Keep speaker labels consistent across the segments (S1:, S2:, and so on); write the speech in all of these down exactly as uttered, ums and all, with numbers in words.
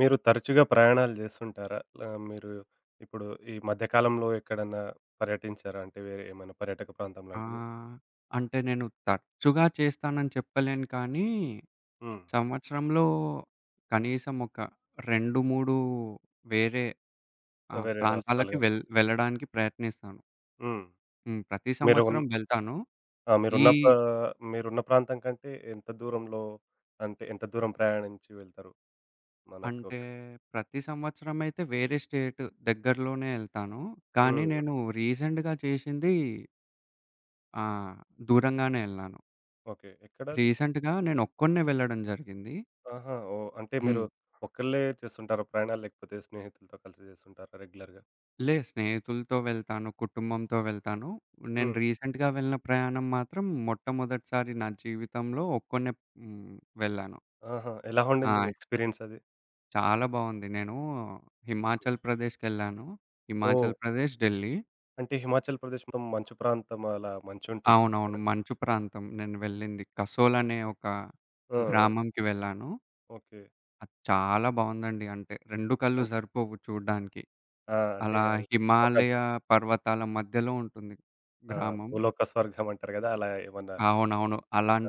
S1: మీరు తరచుగా ప్రయాణాలు చేస్తుంటారా? ల మీరు ఇప్పుడు ఈ మధ్య కాలంలో ఎక్కడన్నా పర్యటించారా? అంటే వేరే ఏమైనా పర్యాటక ప్రాంతం
S2: ఆ!
S1: లాంటిది?
S2: అంటే నేను తరచుగా చేస్తానని చెప్పలేను కానీ,
S1: హ్మ్.
S2: సంవత్సరంలో కనీసం ఒక రెండు, మూడు వేరే ఆహ్,
S1: వేరే రాష్ట్రాలు
S2: ప్రాంతాలకి
S1: గాని.
S2: వెళ్ వెళ్ళడానికి ప్రయత్నిస్తాను.
S1: హ్మ్.
S2: హ్మ్. ప్రతి
S1: మీరు ఉన్
S2: సంవత్సరం వెళ్తాను.
S1: ఆ!
S2: ఈ
S1: మీరున్న పా మీరున్న ప్రాంతం కంటే ఎంత దూరంలో, అంటే ఎంత దూరం ప్రయాణించి వెళ్తారు? మనకు
S2: అంటే
S1: ఒక
S2: ప్రతి సంవత్సరం అయితే వేరే స్టేట్ దగ్గరలోనే ఎళ్తాను. కానీ
S1: హ్మ్.
S2: నేను రీసెంట్‌గా చేసింది, ఆహ్, దూరంగానే ఎళ్ళాను.
S1: ఓకే, ఎక్కడది?
S2: రీసెంట్‌గా నేను ఒక్కడినే వెళ్ళడం జరిగింది.
S1: ఆహా! ఓహ్! అంటే మీరు
S2: హ్మ్.
S1: ఒక్కళ్ళే చేస్తుంటారా ప్రయాణాలు? లేకపోతే స్నేహితులతో కలిసి చేస్తుంటారా రెగ్యులర్‌గా?
S2: లేదు, స్నేహితులతో వెళ్తాను, కుటుంబంతో వెళ్తాను. నేను
S1: హ్మ్.
S2: రీసెంట్‌గా వెళ్ళిన ప్రయాణం మాత్రం మొట్టమొదటిసారి నా జీవితంలో ఒక్కడినే హ్మ్. వెళ్ళాను.
S1: ఆహా! ఎలా ఉండింది
S2: ఆ!
S1: మీ ఎక్స్‌పీరియన్స్ అది?
S2: చాలా బావుంది. నేను హిమాచల్ ప్రదేశ్‌కెళ్ళాను.
S1: ఓహ్!
S2: హిమాచల్ ప్రదేశ్, ఢిల్లీ.
S1: అంటే హిమాచల్ ప్రదేశ్ మొత్తం మంచు ప్రాంతం, అలా మంచుంటుంది
S2: అవునవును,
S1: కదా!
S2: మంచు ప్రాంతం నేను వెళ్ళింది. కసోల్ అనే ఒక
S1: ఆ! ఆ!
S2: గ్రామంకి వెళ్ళాను.
S1: ఓకే.
S2: అది చాలా బావుందండి. అంటే రెండు కళ్ళు
S1: అన్
S2: సరిపోవు చూడ్డానికి.
S1: ఆ! అంటే
S2: అలా
S1: అది ఒక
S2: హిమాలయ పర్వతాల మధ్యలో ఉంటుంది
S1: ఆ!
S2: గ్రామం.
S1: భూలోక స్వర్గం అంటారు గదా! అలా ఏమన్నా
S2: అవునవును,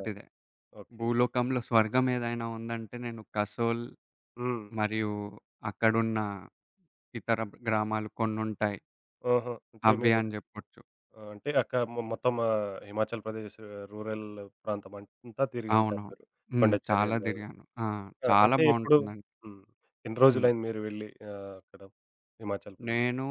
S1: ఆ! ఓకే.
S2: భూలోకంలో స్వర్గం ఏదైనా ఉందంటే నేను కసోల్
S1: హ్మ్.
S2: మరియు అక్కడున్న ఇతర గ్రామాలు కొన్నుంటాయి,
S1: ఆహా! అంటే
S2: అవి
S1: మీరు
S2: అని జెప్పొచ్చు.
S1: ఆహ్, అంటే అక్క మొ మొత్తం ఆహ్, హిమాచల్ ప్రదేశ్ రూరల్ ప్రాంతం అంతా తిరిగి ఉంటారు
S2: అవునవును,
S1: మీరు.
S2: హ్మ్.
S1: కొండ
S2: చాలా
S1: చర్యలు.
S2: తిరిగాను. ఆ!
S1: ఆ!
S2: చాలా
S1: అంటే ఎప్పుడు
S2: బావుంటుందండి.
S1: హ్మ్. ఎన్ని
S2: హ్మ్.
S1: రోజులైంది మీరు వెళ్ళి ఆహ్, అక్కడ హిమాచల్ ప్రదేశ్‌కి?
S2: నేను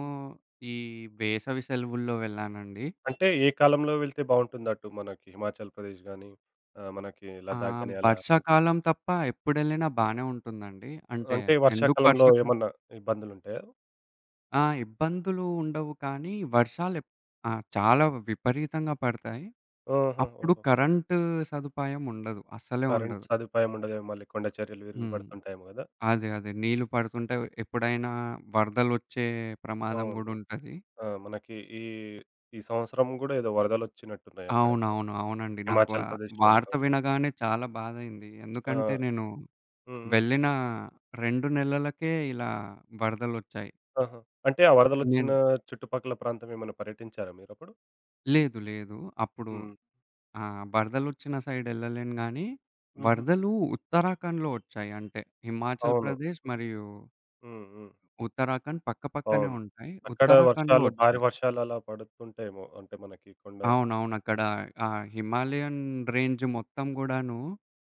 S2: ఈ వేసవి సెలవుల్లో వెళ్ళానండి.
S1: అంటే ఏ కాలంలో వెళ్తే బావుంటుంది అటు మనకి హిమాచల్ ప్రదేశ్ గాని, ఆహ్, మనకి లదాఖ్
S2: ఆహ్,
S1: గాని అలా?
S2: వర్షాకాలం తప్ప ఎప్పుడెళ్ళినా బానే ఉంటుందండి. అంటే
S1: అంటే
S2: ఎందుకు
S1: వర్షాకాలంలో
S2: వర్షాకాలం,
S1: ఏమన్నా ఇబ్బందులుంటాయా?
S2: ఆ! ఇబ్బందులు ఉండవు కానీ, వర్షాలెప్ ఆ! చాలా విపరీతంగా పడతాయి.
S1: ఆహా! ఓహో!
S2: అప్పుడు
S1: ఓహో.
S2: కరెంటు సదుపాయం ఉండదు, అస్సలే
S1: కరెంట్
S2: ఉండదు.
S1: సదుపాయం ఉండదేమో, మళ్ళీ కొండ చర్యలు
S2: హ్మ్.
S1: విరిగిపడుతుంటాయేమో గదా!
S2: అదే, అదే. నీళ్ళు పడుతుంటే ఎప్పుడైనా వరదలొచ్చే ప్రమాదం గూడా
S1: అవును.
S2: ఉంటది.
S1: ఆ! మనకి ఈ, ఈ సంవత్సరం గూడా ఏదో వరదలొచ్చినట్టున్నాయి అక్కడక్కడ.
S2: అవునవును, అవునండి. నాకు ఆ
S1: హిమాచల్ ప్రదేశ్‌లోనే
S2: వార్త
S1: అవును.
S2: వినగానే చాలా బాధయింది. ఎందుకంటే
S1: ఆ!
S2: నేను
S1: హ్మ్. హ్మ్.
S2: వెళ్ళిన రెండు నెలలకే ఇలా వరదలొచ్చాయి.
S1: ఆహా! అంటే ఆ
S2: నేను
S1: వరదలొచ్చిన చుట్టుపక్కల ప్రాంతం ఏమైనా పర్యటించారా మీరప్పుడు?
S2: లేదు, లేదు. అప్పుడు
S1: హ్మ్.
S2: ఆ! వరదలొచ్చిన సైడ్ ఎళ్ళలేను గానీ,
S1: హుహు.
S2: వరదలు ఉత్తరాఖండ్‌లో వచ్చాయి. అంటే హిమాచల్
S1: అవును.
S2: ప్రదేశ్ మరియు
S1: హ్మ్. హ్మ్.
S2: ఉత్తరాఖండ్ పక్కపక్కనే
S1: అవును.
S2: ఉంటాయి.
S1: అక్కడ
S2: ఉత్తరాఖండ్‌లో
S1: వర్షాలు, భారీ
S2: వచ్చాయి.
S1: వర్షాలు అలా పడుతుంటేమో అంటే మనకి కొండ
S2: అవునవును. అక్కడ ఆ హిమాలయన్ రేంజ్ మొత్తం గూడాను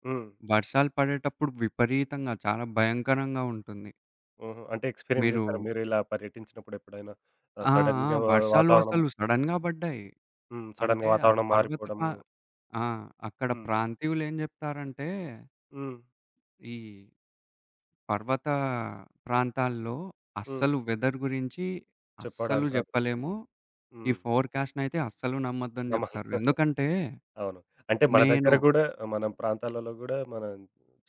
S1: హ్మ్.
S2: వర్షాలు పడేటప్పుడు విపరీతంగా చాలా భయంకరంగా ఉంటుంది.
S1: హుహు. అంటే ఎక్స్‌పీరియన్స్
S2: మీరు
S1: జేసారా మీరు ఇలా పర్యటించినప్పుడు ఎప్పుడైనా? ఆహ్,
S2: ఆ! ఆ!
S1: సడెన్‌గా వా
S2: వర్షాలు
S1: వాతావరణం
S2: అసలు సడెన్‌గా పడ్డాయి.
S1: హ్మ్. సడెన్‌గా
S2: అంటే ఆ
S1: వాతావరణం
S2: పర్వత
S1: మారిపోవడం.
S2: పా ఆ! అక్కడ
S1: హ్మ్.
S2: ప్రాంతీయులు ఏం జెప్తారంటే,
S1: హ్మ్.
S2: ఈ పర్వత ప్రాంతాల్లో
S1: హ్మ్.
S2: అస్సలు వెదర్ గురించి అస్సలు
S1: చెప్పడానికి రాదు.
S2: జెప్పలేము. ఈ
S1: హ్మ్.
S2: ఫోర్‌కాస్ట్‌నయితే అస్సలు నమ్మొద్దని
S1: నమ్మ
S2: జెప్తారు. ఎందుకంటే
S1: అవును. అంటే మన దగ్గర
S2: నేను
S1: గూడా మన ప్రాంతాలలో గూడా మనం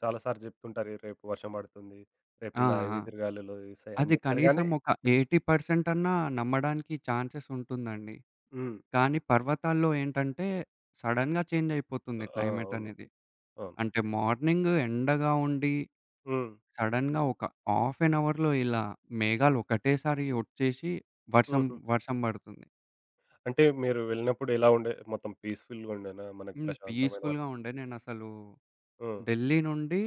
S1: చాలా సార్లు జెప్తుంటారు. "ఈ రేపు వర్షం పడుతుంది. రేపు
S2: ఆ!
S1: ఇలా
S2: ఆ!
S1: ఎదురుగాలులు వీస్తాయి" అని
S2: అది
S1: జెప్తారు గానీ
S2: కనీసం ఒక ఎనభై శాతం అన్నా నమ్మడానికి ఛాన్సెస్ ఉంటుందండి.
S1: హ్మ్.
S2: కానీ పర్వతాల్లో ఏంటంటే, సడెన్‌గా చేంజ్ అయిపోతుంది
S1: ఆ!
S2: క్లైమేట్
S1: అవును.
S2: అనేది.
S1: అవును.
S2: అంటే మార్నింగ్ ఎండగా ఉండి,
S1: హ్మ్.
S2: సడెన్‌గా ఒక హాఫ్ ఎన్ అవర్‌లో ఇలా మేఘాలు
S1: హ్మ్.
S2: ఒకటేసారి వచ్చేసి వర్షం
S1: హుహు.
S2: వర్షం పడుతుంది.
S1: అంటే మీరు వెళ్ళినప్పుడు ఎలా ఉండే? మొత్తం పీస్‌ఫుల్‌గా ఉండేనా? మనకి
S2: హ్మ్.
S1: ప్రశాంతమైన వాతా
S2: పీస్‌ఫుల్‌గా ఉండే. నేనసలు
S1: హ్మ్.
S2: ఢిల్లీ నుండి,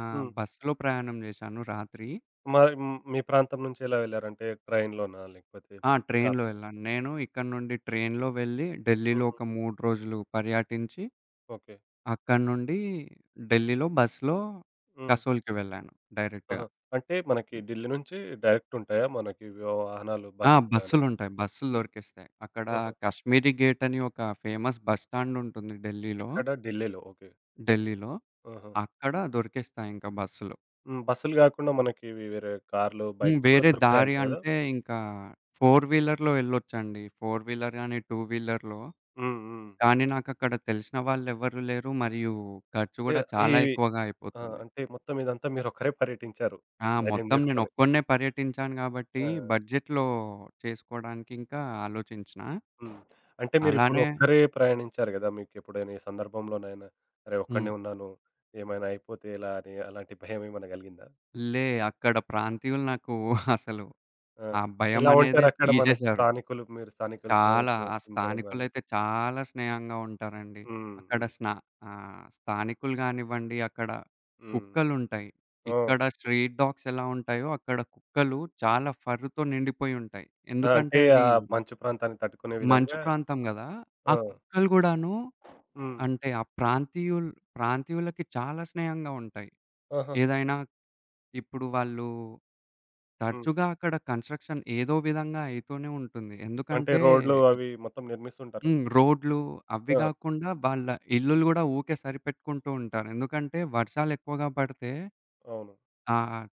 S2: ఆహ్,
S1: హ్మ్.
S2: బస్సులో ప్రయాణం చేశాను రాత్రి.
S1: మరి హ్మ్. మీ ప్రాంతం నుంచి ఎలా వెళ్లారంటే, ట్రైన్‌లోనా? లేకపోతే
S2: ఆ!
S1: కార్
S2: ట్రైన్‌లో వెళ్ళాను. నేను ఇక్కడి నుండి ట్రైన్‌లో వెళ్ళి ఢిల్లీలో
S1: హుహు.
S2: ఒక మూడు రోజులు పర్యటించి,
S1: ఓకే.
S2: అక్కడి నుండి ఢిల్లీలో బస్‌లో
S1: హ్మ్.
S2: కసోల్‌కి వెళ్ళాను డైరెక్ట్‌గా.
S1: ఆహా! అంటే మనకి ఢిల్లీ నుంచి డైరెక్ట్ ఉంటాయా? మనకి వాహనాలు
S2: ఆ!
S1: బస్సులు గాని
S2: బస్సులుంటాయి, బస్సులు దొరికేస్తాయి. అక్కడ
S1: ఆహా!
S2: 'కశ్మీరీ గేట్' అని ఒక ఫేమస్ బస్ స్టాండ్ ఉంటుంది ఢిల్లీలో.
S1: ఎక్కడ? ఢిల్లీలో. ఓకే.
S2: ఢిల్లీలో.
S1: ఆహా!
S2: అక్కడ దొరికేస్తాయి ఇంకా బస్సులు.
S1: హ్మ్. బస్సులు గాకుండా మనకి ఇవి వేరే కార్లు,
S2: హ్మ్.
S1: బైక్‌లు కూడా
S2: వేరే దారి
S1: దొరుకుతాయంట గదా!
S2: అంటే ఇంకా ఫోర్ వీలర్‌లో వెళ్ళొచ్చండి. ఫోర్ వీలర్ గాని, టూ వీలర్‌లో.
S1: హ్మ్. హ్మ్.
S2: కానీ నాకక్కడ తెలిసిన వాళ్ళెవ్వరు లేరు, మరియు ఖర్చు
S1: ఏ
S2: గూడా చాలా
S1: ఇవి
S2: ఎక్కువగా
S1: ఆ!
S2: అయిపోతుంది.
S1: అంటే మొత్తం ఇదంతా మీరొక్కరే పర్యటించారు.
S2: ఆ!
S1: ధైర్యం
S2: మొత్తం
S1: జేసుకొని.
S2: నేనొక్కడినే పర్యటించాను గాబట్టి
S1: ఆ!
S2: బడ్జెట్‌లో చేసుకోవడానికి ఇంకా ఆలోచించిన.
S1: హ్మ్. అంటే మీరిప్పుడు
S2: అలానే.
S1: ఒక్కరే ప్రయాణించారు గదా! మీకెప్పుడైనా ఈ సందర్భంలోనైనా అరే!
S2: హ్మ్.
S1: ఒక్కడినే ఉన్నాను, ఏమైనా అయిపోతే ఎలా అని, అలాంటి భయం ఏమైనా గలిగిందా?
S2: లే అక్కడ ప్రాంతీయులు నాకు అసలు
S1: ఆ!
S2: ఆ
S1: ఎలా
S2: భయమనేదే
S1: ఉంటారక్కడ మనకి
S2: తీసేశారు.
S1: స్థానికులు, మీరు స్థానికులతో
S2: చాలా. ఆ
S1: చర్చించడం గాని
S2: స్థానికులైతే చాలా స్నేహంగా ఉంటారండి.
S1: హ్మ్.
S2: అక్కడ
S1: హ్మ్.
S2: స్నా ఆహ్, స్థానికులు గానివ్వండి, అక్కడ
S1: హ్మ్.
S2: కుక్కలుంటాయి.
S1: ఓహ్!
S2: ఇక్కడ స్ట్రీట్ డాగ్స్ ఎలా ఉంటాయో, అక్కడ కుక్కలు చాలా ఫర్‌తో నిండిపోయి ఉంటాయి.
S1: ఆ!
S2: ఎందుకంటే
S1: అంటే
S2: అది
S1: ఆ మంచు ప్రాంతాన్ని తట్టుకునే
S2: మంచు
S1: విధంగా
S2: ప్రాంతం గదా! ఆ
S1: ఆ!
S2: కుక్కలు గూడాను
S1: హ్మ్.
S2: అంటే ఆ ప్రాంతీయుల్ ప్రాంతీయులకి చాలా స్నేహంగా ఉంటాయి.
S1: ఆహా!
S2: ఏదైనా ఇప్పుడు వాళ్ళు
S1: హ్మ్.
S2: తరచుగా అక్కడ కన్‌స్ట్రక్షన్ ఏదో విధంగా అయితూనే ఉంటుంది.
S1: అంటే
S2: ఎందుకంటే
S1: రోడ్లు అవి మొత్తం నిర్మిస్తుంటారు.
S2: హ్మ్. రోడ్లు అవి
S1: ఆ!
S2: గాకుండా వాళ్ళ ఇల్లులు గూడా ఊకే సరిపెట్టుకుంటూ ఉంటారు. ఎందుకంటే వర్షాలెక్కువగా పడితే,
S1: అవును.
S2: ఆహ్,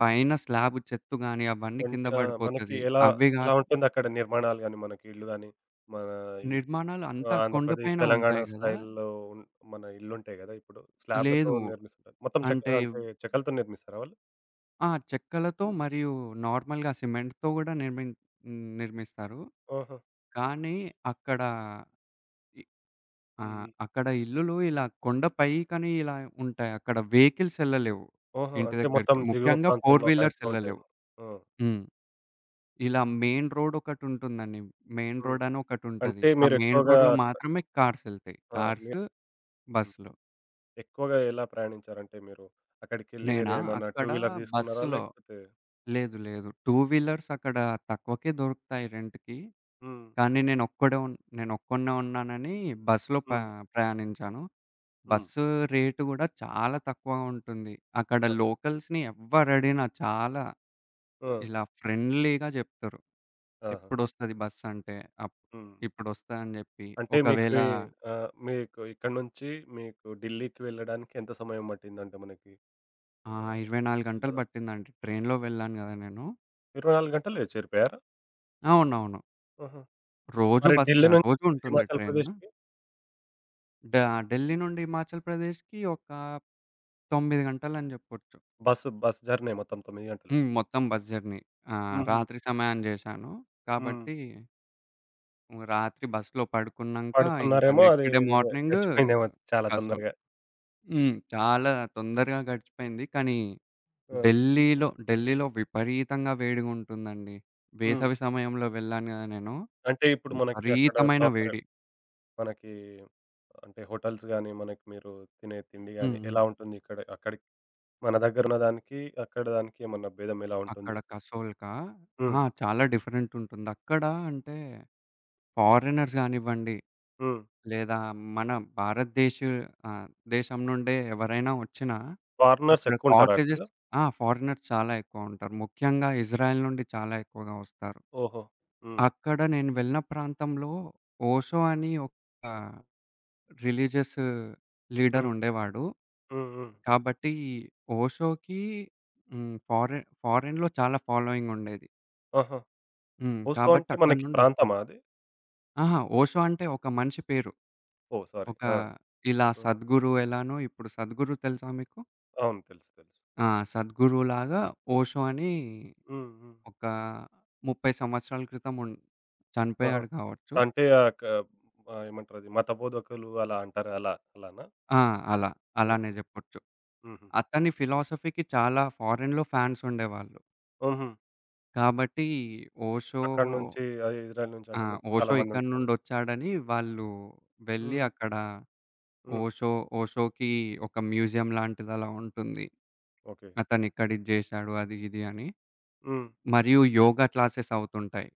S2: పైన స్లాబు చెత్తు గాని అవన్నీ కింద
S1: అంటే ఆ! మనకి
S2: పడిపోతది.
S1: ఎలా
S2: అవి
S1: ఎలా
S2: గాకు
S1: ఉంటుందక్కడ నిర్మాణాలు గాని, మనకి ఇల్లు గాని, మన ఈ
S2: నిర్మాణాలు
S1: ఆ!
S2: అంతా కొండ
S1: ఆంధ్రప్రదేశ్,
S2: పైన
S1: తెలంగాణ
S2: ఉంటాయి గదా!
S1: స్టైల్‌లో ఉన్ మన ఇళ్ళుంటాయి గదా! ఇప్పుడు స్లాబ్‌లతో
S2: లేదు,
S1: నిర్మిస్తుంటారు. మొత్తం చెక్క,
S2: అంటే
S1: అంటే చెక్కలతో నిర్మిస్తారా వాళ్ళు?
S2: ఆ! చెక్కలతో మరియు నార్మల్‌గా సిమెంట్‌తో గూడా నిర్మిన్ హ్మ్. నిర్మిస్తారు.
S1: ఓహో!
S2: కానీ అక్కడ ఆ!
S1: హ్మ్. హ్మ్.
S2: అక్కడ ఇల్లులు ఇలా కొండ పైకని ఇలా ఉంటాయి. అక్కడ వెహికల్స్ ఎళ్ళలేవు
S1: ఓహో!
S2: ఇంటి
S1: అంటే
S2: దగ్గరికి.
S1: మొత్తం దిగువ
S2: ముఖ్యంగా ఫోర్
S1: ప్రాంతంలో
S2: వీలర్స్
S1: హైట్‌లో
S2: ఎళ్ళలేవు.
S1: ఉంటాయేమో. ఆ!
S2: హ్మ్. ఇలా మెయిన్ రోడ్ ఒకటుంటుందండి. మెయిన్
S1: హ్మ్.
S2: రోడ్ అని ఒకటుంటది.
S1: అంటే
S2: ఆ మెయిన్
S1: మీరెక్కువగా
S2: రోడ్‌లో
S1: అక్కడ
S2: మాత్రమే కార్స్ ఎళ్తాయి.
S1: ఆ!
S2: కార్స్,
S1: మీరు హ్మ్.
S2: బస్సులు.
S1: ఎక్కువగా ఎలా ప్రయాణించారంటే మీరు అక్కడికెళ్ళి
S2: నేనా
S1: వేరే ఏమన్నా టూ
S2: అక్కడ
S1: వీలర్ తీసుకున్నారా?
S2: బస్సులో
S1: లేకపోతే
S2: లేదు లేదు, టూ వీలర్స్ అక్కడ తక్కువకే దొరుకుతాయి రెంట్‌కి.
S1: హ్మ్.
S2: కానీ నేనొక్కడే ఉన్ నేనొక్కడినే ఉన్నానని బస్సులో ప
S1: హ్మ్.
S2: ప్రయాణించాను.
S1: హ్మ్.
S2: బస్సు రేటు గూడా చాలా తక్కువగా ఉంటుంది. అక్కడ
S1: ఆ!
S2: లోకల్స్‌ని ఎవ్వరడిగినా చాలా
S1: ఆ!
S2: ఇలా ఫ్రెండ్లీగా జెప్తరు.
S1: ఆహా!
S2: ఎప్పుడొస్తది బస్సంటే, అప్
S1: హ్మ్.
S2: ఇప్పుడొస్తదని జెప్పి.
S1: అంటే మీకు
S2: ఒకవేళ
S1: ఈ ఆహ్, మీకు ఇక్కడి నుంచి మీకు ఢిల్లీకి వెళ్ళడానికి ఎంత సమయం పట్టిందంటే మనకి? ఆ!
S2: ఆ! ఇరవై నాలుగు గంటలు
S1: దాదాపు
S2: పట్టిందండి. ట్రైన్‌లో వెళ్ళాను గదా నేను.
S1: ఇరవై నాలుగు గంటల్లో చేరిపోయారా?
S2: అవునవును.
S1: ఆహా!
S2: రోజు
S1: మరి
S2: బస్,
S1: ఢిల్లీ
S2: ఆహ్, రోజు
S1: నుంచి
S2: ఉంటుంది
S1: హిమాచల్
S2: ట్రైన్.
S1: ప్రదేశ్‌కి
S2: డ ఢిల్లీ నుండి హిమాచల్ ప్రదేశ్‌కి ఒక తొమ్మిది గంటలని జెప్పొచ్చు.
S1: బస్సు బస్ జర్నీ మొత్తం తొమ్మిది గంటలు.
S2: హ్మ్. మొత్తం బస్ జర్నీ. ఆ!
S1: హుహు.
S2: రాత్రి సమయాన జేశాను.
S1: హ్మ్.
S2: కాబట్టి హ్మ్. రాత్రి బస్‌లో పడుకున్నంక ఇంకా
S1: పడుకున్నారేమో,
S2: నెక్స్ట్
S1: అది
S2: డే
S1: ఇదేదో
S2: మార్నింగ్
S1: గడిచిపోయిందేమో చాలా
S2: కసోల్.
S1: తొందరగా.
S2: హ్మ్. చాలా తొందరగా గడిచిపోయింది. కానీ
S1: ఆ!
S2: ఢిల్లీలో ఢిల్లీలో విపరీతంగా వేడిగుంటుందండి.
S1: హ్మ్.
S2: వేసవి సమయంలో వెళ్ళాను గదా నేను.
S1: అంటే ఇప్పుడు మనకి అక్కడ
S2: విపరీతమైన
S1: సౌకర్యం
S2: వేడి.
S1: మనకి అంటే హోటల్స్ గాని, మనకి మీరు తినే తిండి
S2: హ్మ్.
S1: గాని
S2: హ్మ్.
S1: ఎలా ఉంటుంది? ఇక్కడ అక్కడికి మన దగ్గరున్న దానికి, అక్కడ దానికి ఏమన్నా భేదం ఎలా
S2: అక్కడ
S1: ఉంటుంది?
S2: కసోల్‌కా
S1: హ్మ్.
S2: ఆ! చాలా డిఫరెంట్ ఉంటుంది. అక్కడ అంటే ఫారినర్స్ గానివ్వండి,
S1: హ్మ్.
S2: లేదా మన భారతదేశ, ఆహ్, దేశం నుండే ఎవరైనా ఒచ్చినా,
S1: ఫారినర్స్
S2: అక్కడ
S1: ఎక్కువుంటారా అక్కడ?
S2: కాటేజెస్. ఆ! ఫారినర్స్ చాలా ఎక్కువ ఉంటారు. ముఖ్యంగా ఇజ్రాయెల్ నుండి చాలా ఎక్కువగా వస్తారు.
S1: ఓహో! హ్మ్.
S2: అక్కడ నేను వెళ్ళిన ప్రాంతంలో ఓషో అని ఒక రిలీజియస్ లీడర్
S1: హ్మ్.
S2: ఉండేవాడు.
S1: హ్మ్. హ్మ్.
S2: కాబట్టి ఓషోకి హ్మ్. ఫారెన్ ఫారెన్‌లో చాలా ఫాలోయింగ్ ఉండేది.
S1: ఆహా!
S2: హ్మ్.
S1: ఓసో
S2: కాబట్టి
S1: అంటే
S2: అక్కడి
S1: మనకి
S2: నుండి వస్తారు.
S1: ప్రాంతమా అది?
S2: అహా! ఓషో అంటే ఒక మనిషి పేరు.
S1: ఓహ్! సారీ.
S2: ఒక
S1: ఆ!
S2: ఇలా
S1: హుహు.
S2: సద్గురు ఎలానో, ఇప్పుడు సద్గురు తెలుసా మీకు?
S1: అవును, తెలుసు, తెలుసు.
S2: ఆ! సద్గురులాగా ఓషో అని
S1: హ్మ్. హ్మ్.
S2: ఒక ముప్పై సంవత్సరాల క్రితం ఉన్
S1: ఆహా!
S2: చనిపోయాడు కావచ్చు.
S1: అంటే ఆహ్, క ఆహ్, ఏమంటారది మతబోధకులు అలా అంటారు. అలా అలానా?
S2: ఆ! అలా, అలానే
S1: ఓకే.
S2: జెప్పొచ్చు.
S1: హుహు.
S2: అతని ఫిలాసఫీకి చాలా ఫారెన్‌లో ఫాన్స్ ఉండేవాళ్ళు.
S1: హుహు.
S2: కాబట్టి ఓషో
S1: అక్కడి నుంచి ఆహ్, ఇజ్రాయెల్ నుంచి
S2: ఆ!
S1: అక్కడి నుంచి చాలా
S2: ఓషో ఇక్కడి
S1: మందుంటారేమో.
S2: నుండొచ్చాడని వాళ్ళు వెళ్ళి
S1: హుహు.
S2: అక్కడ
S1: హ్మ్.
S2: ఓషో ఓషోకి ఒక మ్యూజియం లాంటిదలా ఉంటుంది,
S1: ఓకే.
S2: అతనిక్కడిది జేశాడు అది ఇది అని.
S1: హ్మ్.
S2: మరియు యోగా క్లాసెస్ అవుతుంటాయి.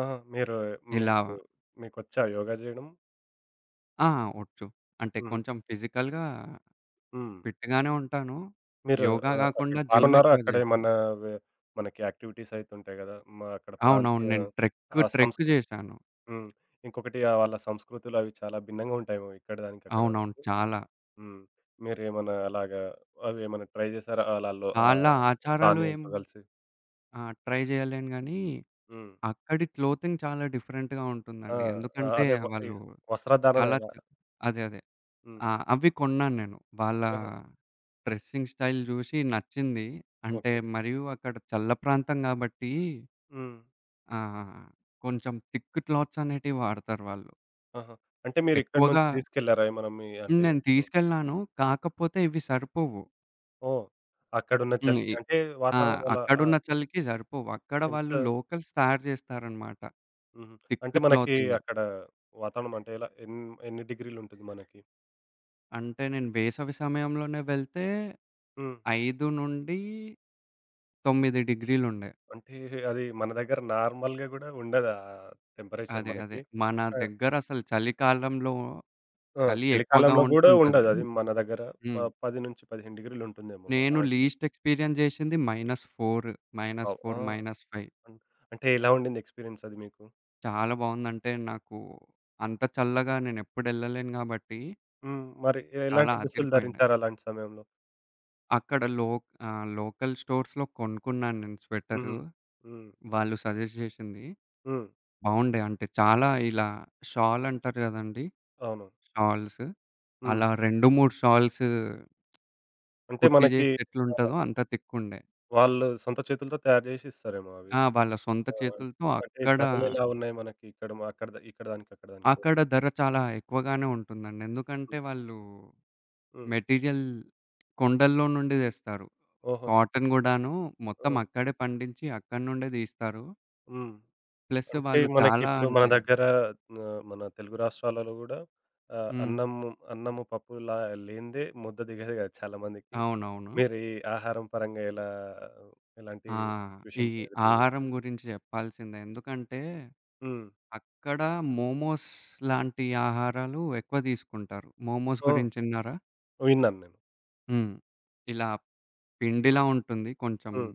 S1: ఆహా! మీరు
S2: ఇలా
S1: మీకు మీకొచ్చా యోగా జేయడం?
S2: ఆ! వచ్చు. అంటే
S1: హుహు.
S2: కొంచెం ఫిజికల్‌గా
S1: హ్మ్.
S2: ఫిట్‌గానే ఉంటాను.
S1: మీరు
S2: యోగా
S1: ఆహ్, అక్కడ
S2: గాకుండా జిమ్
S1: పాల్గొన్నారా?
S2: ఎక్కువ జేస్తాను.
S1: అక్కడేమన్నా వె మనకి యాక్టివిటీస్ అయితుంటాయి గదా! మా అక్కడ
S2: అవునవును,
S1: ప్రాంతీయ
S2: నేను ట్రెక్,
S1: ఆ
S2: ట్రెక్
S1: సంస్కృ
S2: జేశాను.
S1: హ్మ్. ఇంకొకటి ఆహ్, వాళ్ళ సంస్కృతులు అవి చాలా భిన్నంగా ఉంటాయేమో ఇక్కడ దానికి అక్కడ
S2: అవునవును,
S1: దానికి.
S2: చాలా.
S1: హ్మ్. మీరేమన్నా అలాగా అవేమన్నా ట్రై చేసారా? ఆళ్ళలో
S2: వాళ్ళ
S1: ఆహ్,
S2: ఆచారాలు ఏం
S1: స్థానీయులతో కలిసి?
S2: ఆహ్, ట్రై జేయలేను గానీ,
S1: హ్మ్.
S2: అక్కడి క్లోతింగ్ చాలా డిఫరెంట్‌గా
S1: ఆ!
S2: ఉంటుందండి.
S1: ఆ!
S2: ఎందుకంటే
S1: అదే వ ఇ
S2: వాళ్ళు
S1: వస్త్రధారణ
S2: చాలా చ
S1: ఎలా?
S2: అదే, అదే.
S1: హ్మ్.
S2: ఆ! అవి కొన్నాను నేను. వాళ్ళ
S1: ఆహా!
S2: డ్రెస్సింగ్ స్టైల్ జూసి నచ్చింది. అంటే
S1: ఓకే.
S2: మరియు అక్కడ చల్ల ప్రాంతం గాబట్టి,
S1: హ్మ్.
S2: ఆహ్, కొంచెం థిక్ క్లాత్స్ అనేటివి వాడతారు వాళ్ళు.
S1: ఆహా! అంటే మీరిక్కడి
S2: ఎక్కువగా
S1: నుంచి తీసుకెళ్లారా ఏమన్నా మీ
S2: హ్మ్.
S1: అంటే
S2: నేను
S1: ఇప్పుడు
S2: తీసుకెళ్ళాను. కాకపోతే ఇవి సరిపోవు.
S1: ఓహ్! అక్కడున్న
S2: హ్మ్.
S1: చలికి
S2: ఇ
S1: అంటే
S2: ఆ!
S1: వాతావరణం వల్ల
S2: అక్కడున్న
S1: ఆహ్,
S2: చలికి సరిపోవు. అక్కడ
S1: ఎంత
S2: వాళ్ళు లోకల్స్ తయారు చేస్తారనమాట
S1: హుహు.
S2: థిక్
S1: అంటే మనకి
S2: క్లాతింగ్.
S1: అక్కడ వాతావరణం అంటే ఎలా ఎన్ ఎన్ని డిగ్రీలుంటుంది మనకి?
S2: అంటే నేను వేసవి సమయంలోనే వెళ్తే
S1: హ్మ్.
S2: ఐదు నుండి తొమ్మిది డిగ్రీలుండే.
S1: అంటే అది మన దగ్గర నార్మల్‌గా గూడా ఉండదు ఆ టెంపరేచర్
S2: అదే, అదే.
S1: మనకి.
S2: మన
S1: ఆ!
S2: దగ్గర అసలు చలికాలంలో
S1: ఆ!
S2: చలి ఎక్కువగా
S1: చలికాలంలో గూడా
S2: ఉంటుంటది.
S1: ఉండదు. అది మన దగ్గర ప
S2: హ్మ్.
S1: పది నుండి పదిహేను ఉంటుందేమో మహా
S2: నేను
S1: అంటే.
S2: లీస్ట్ ఎక్స్‌పీరియన్స్ చేసింది మైనస్ నాలుగు,
S1: అవ్ ఆ!
S2: మైనస్ నాలుగు, మైనస్ ఐదు.
S1: అన్ అంటే ఎలా ఉండింది ఎక్స్‌పీరియన్స్ అది మీకు?
S2: చాలా బావుందంటే నాకు. అంత చల్లగా నేనెప్పుడు ఎళ్ళలేను గాబట్టి
S1: హ్మ్. మరి
S2: చాలా
S1: ఎలాంటి దుస్తులు
S2: అదిరిపోయిండే.
S1: ధరించారు అలాంటి సమయంలో?
S2: అక్కడ లో ఆహ్, లోకల్ స్టోర్స్‌లో కొనుక్కున్నాను నేను
S1: హుహు.
S2: స్వెటరు.
S1: హ్మ్.
S2: వాళ్ళు సజెస్ట్ చేసింది.
S1: హ్మ్.
S2: బావుండే అంటే. చాలా ఇలా షాల్ అంటారు కదండీ,
S1: అవును.
S2: షాల్స్.
S1: హ్మ్.
S2: అలా రెండు, మూడు షాల్స్
S1: అంటే
S2: కుట్టి
S1: మనకి
S2: చేస్తే
S1: ఆహ్,
S2: ఎట్లుంటదో అంత తిక్కుండే.
S1: వాళ్ళు సొంత చేతులతో తయారు జేసి ఇస్తారేమో అవి.
S2: ఆ! వాళ్ళ సొంత
S1: ఆ!
S2: చేతులతో
S1: అంటే
S2: అక్కడ,
S1: ధరలెలా ఉన్నాయి మనకి ఇక్కడ మ అక్కడ ద ఇక్కడ దానికి అక్కడ దానికి?
S2: అక్కడ ధర చాలా ఎక్కువగానే ఉంటుందండి. ఎందుకంటే
S1: హుహు.
S2: వాళ్ళు
S1: హ్మ్.
S2: మెటీరియల్ కొండల్లో నుండి తెస్తారు.
S1: ఓహో!
S2: కాటన్ గూడాను
S1: ఆ!
S2: మొత్తం అక్కడే పండించి అక్కడి నుండే తీస్తారు.
S1: హ్మ్.
S2: ప్లస్
S1: అంటే
S2: వాళ్ళు చాలా
S1: మనకిప్పుడు మన
S2: అంటే.
S1: దగ్గర ఆహ్, మన తెలుగు రాష్ట్రాలలో గూడా ఆహ్,
S2: హ్మ్.
S1: అన్నం అన్నము పప్పులా లేనిదే ముద్ద దిగదు గదా! చాలా మందికి.
S2: అవునవును.
S1: మీరు ఈ ఆహారం పరంగా ఎలా ఎలాంటి
S2: ఆ! ఈ
S1: సిట్యుయేషన్స్ ఎదురయ్యాయి?
S2: ఆహారం గురించి చెప్పాల్సిందే. ఎందుకంటే
S1: హ్మ్.
S2: అక్కడ మోమోస్ లాంటి ఆహారాలు ఎక్కువ తీసుకుంటారు. మోమోస్
S1: ఆ!
S2: గురించి ఇన్నారా?
S1: విన్నాను నేను.
S2: హ్మ్. ఇలా పిండిలా
S1: హ్మ్.
S2: ఉంటుంది. కొంచెం
S1: హ్మ్.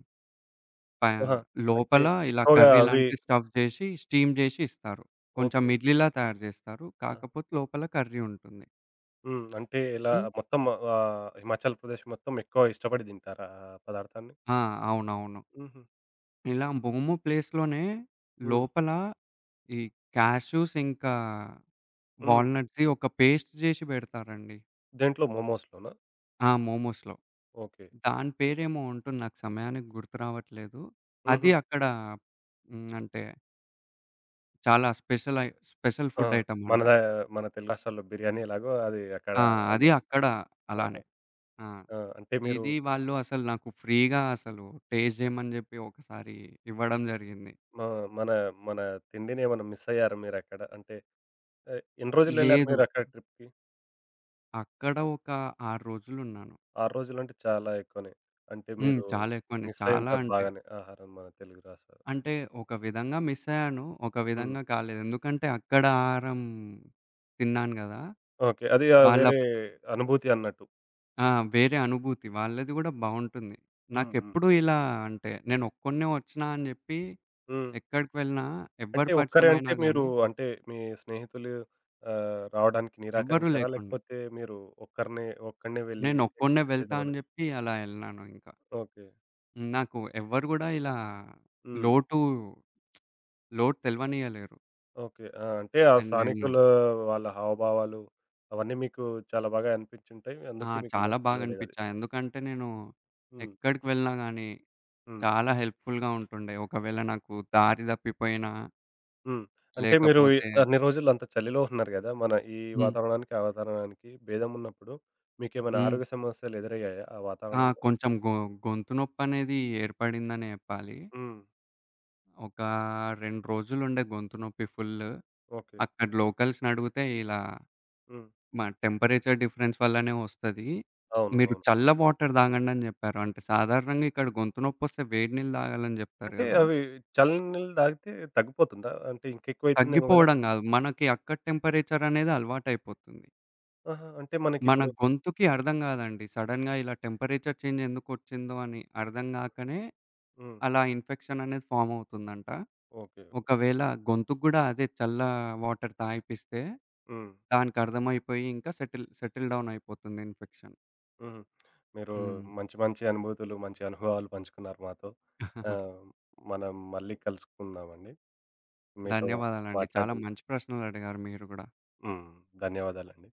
S2: ప
S1: ఆహా! అంటే
S2: లోపల ఇలా
S1: ఎక్కువగా
S2: కర్రీ
S1: అవి
S2: లాంటి స్టఫ్ చేసి, స్టీమ్ చేసి ఇస్తారు. కొంచెం
S1: ఓకే.
S2: ఇడ్లీలా తయారు చేస్తారు.
S1: ఆ!
S2: కాకపోతే లోపల కర్రీ ఉంటుంది.
S1: హ్మ్. అంటే ఇలా
S2: హ్మ్.
S1: మొత్తం ఆహ్, హిమాచల్ ప్రదేశ్ మొత్తం ఎక్కువ ఇష్టపడి తింటారా ఆ పదార్థాన్ని?
S2: ఆ! అవునవును.
S1: హుహు.
S2: ఇలా మోమో ప్లేస్‌లోనే
S1: హ్మ్.
S2: లోపల ఈ కాష్యూస్ ఇంకా
S1: హ్మ్.
S2: వాల్‌నట్స్‌ది ఒక పేస్ట్ జేసి బెడతారండి.
S1: దేంట్లో, మోమోస్‌లోనా?
S2: ఆ! మోమోస్‌లో.
S1: ఓకే.
S2: దాని పేరేమో ఉంటుంది. నాకు సమయానికి గుర్తు రావట్లేదు.
S1: హుహు.
S2: అది అక్కడ హ్మ్. అంటే చాలా స్పెషల్ ఐ స్పెషల్
S1: ఆ!
S2: ఫుడ్ ఐటెమ్ అంట.
S1: మనదా మన తెలుగు రాష్ట్రాల్లో బిర్యానీ ఎలాగో అది అక్కడ
S2: ఆ! అది
S1: అన్నారు.
S2: అక్కడ
S1: ఆహా!
S2: అలానే. ఆ!
S1: ఆ! అంటే మీరు
S2: ఇది వాళ్ళు అసలు నాకు ఫ్రీగా అసలు టేస్ట్ జేయమని జెప్పి ఒకసారి ఇవ్వడం జరిగింది.
S1: మా మన మన తిండిని ఏమన్నా మిస్ అయ్యారా మీరక్కడ? అంటే ఆహ్, ఎన్ని రోజులెళ్లారు
S2: లేదు,
S1: మీరక్కడ ట్రిప్‌కి?
S2: అక్కడ ఒక ఆరు రోజులున్నాను.
S1: ఆరు రోజులంటే చాలా ఎక్కువనే. అంటే
S2: హ్మ్.
S1: మీరు
S2: చాలా ఎక్కువనే.
S1: మిస్
S2: చాలా
S1: అయ్యుంటారు
S2: అంటే,
S1: బాగానే ఆహారం మన తెలుగు రాష్ట్రాలు.
S2: అంటే ఒక విధంగా మిస్ అయ్యాను, ఒక
S1: హ్మ్.
S2: విధంగా కాలేదు. ఎందుకంటే అక్కడ ఆహారం తిన్నాను గదా!
S1: ఓకే. అది ఆహ్,
S2: వాళ్ళ
S1: వేరే అనుభూతి అన్నట్టు.
S2: ఆ! వేరే అనుభూతి, వాళ్ళది గూడా బావుంటుంది.
S1: హ్మ్. హ్మ్.
S2: నాకెప్పుడూ ఇలా అంటే నేనొక్కడినే ఒచ్చినా అని జెప్పి
S1: హ్మ్.
S2: ఎక్కడికి వెళ్ళినా, ఎవ్వరి
S1: అంటే ఒక్కరే అంటే
S2: పరిచయమైనా
S1: మీరు
S2: గానీ
S1: అంటే మీ స్నేహితులు ఆహ్, రావడానికి
S2: ఎవ్వరూ
S1: నిరాకరించారా?
S2: లేకుండే,
S1: లేకపోతే మీరు ఒక్కరినే ఒక్కడినే వెళ్లి
S2: నేనొక్కడినే
S1: ఎక్స్‌పీరియన్స్
S2: వెళ్తా
S1: చేద్దామని
S2: అని జెప్పి అలా ఎళ్ళాను ఇంకా.
S1: ఓకే.
S2: నాకు ఎవ్వరు గూడా ఇలా
S1: హ్మ్.
S2: లోటు, లోటు తెలవనీయలేరు.
S1: ఓకే. ఆ! అంటే ఆ
S2: అండ్ నేను
S1: స్థానికుల వాళ్ళ హావభావాలు అవన్నీ మీకు చాలా బాగా అనిపించుంటాయి.
S2: ఆ!
S1: అందుకే మీకు
S2: చాలా
S1: లోటు
S2: బాగా
S1: తెలవలేదది.
S2: అనిపిచ్చాయి. ఎందుకంటే నేను
S1: హ్మ్.
S2: ఎక్కడికి వెళ్ళినా గానీ
S1: హ్మ్.
S2: చాలా హెల్ప్‌ఫుల్‌గా ఉంటుండే. ఒకవేళ నాకు దారి తప్పిపోయినా,
S1: హ్మ్. అంటే మీరు ఈ
S2: లేకపోతే.
S1: అన్ని రోజులు అంత చలిలో ఉన్నారు గదా! మన ఈ
S2: హ్మ్.
S1: వాతావరణానికి, ఆ వాతావరణానికి భేదం ఉన్నప్పుడు మీకేమైనా
S2: హ్మ్.
S1: ఆరోగ్య సమస్యలు ఎదురయ్యాయా ఆ
S2: ఆ!
S1: వాతావరణంలో?
S2: కొంచెం గొ గొంతు నొప్పనేది ఏర్పడిందనే చెప్పాలి.
S1: హ్మ్.
S2: ఒక రెండు రోజులుండే గొంతు నొప్పి ఫుల్.
S1: ఓకే.
S2: అక్కడ లోకల్స్‌ని అడిగితే ఇలా,
S1: హ్మ్.
S2: మా టెంపరేచర్ డిఫరెన్స్ వల్లనే వస్తది.
S1: అవును,
S2: మీరు
S1: అవును.
S2: చల్ల వాటర్ తాగండని చెప్పారు. అంటే సాధారణంగా ఇక్కడ గొంతు నొప్పొస్తే వేడి నీళ్ళు తాగాలని చెప్తారు
S1: అంటే
S2: కదా!
S1: అవి చల్లని నీళ్ళు తాగితే తగ్గిపోతుందా? అంటే ఇంకెక్కువైతుందేమో గదా!
S2: తగ్గిపోవడం కాదు, మనకి అక్కడ టెంపరేచర్ అనేది అలవాటయిపోతుంది.
S1: ఆహా! అంటే
S2: మన
S1: మనకిప్పుడు
S2: గొంతుకి అర్థం కాదండి, సడెన్‌గా ఇలా టెంపరేచర్ చేంజ్ ఎందుకొచ్చిందో అని అర్థం గాకనే
S1: హ్మ్.
S2: అలా ఇన్ఫెక్షన్ అనేది ఫార్మ్ అవుతుందంట.
S1: ఓకే.
S2: ఒకవేళ గొంతుకు గూడా అదే చల్ల వాటర్ తాగిపిస్తే
S1: హ్మ్.
S2: దానికర్థమైపోయి ఇంకా సెటిల్ సెటిల్ డౌన్ అయిపోతుంది ఇన్ఫెక్షన్.
S1: హుహు. మీరు మంచి మంచి అనుభూతులు, మంచి అనుభవాలు పంచుకున్నారు మాతో.
S2: హ్మ్.
S1: ఆహ్, మనం మళ్ళీ కలుసుకుందామండి. మీతో
S2: ధన్యవాదాలండి. చాలా
S1: మాట్లాడడం
S2: మంచి ప్రశ్నలు అడిగారు మీరు గూడా.
S1: హ్మ్. ధన్యవాదాలండి.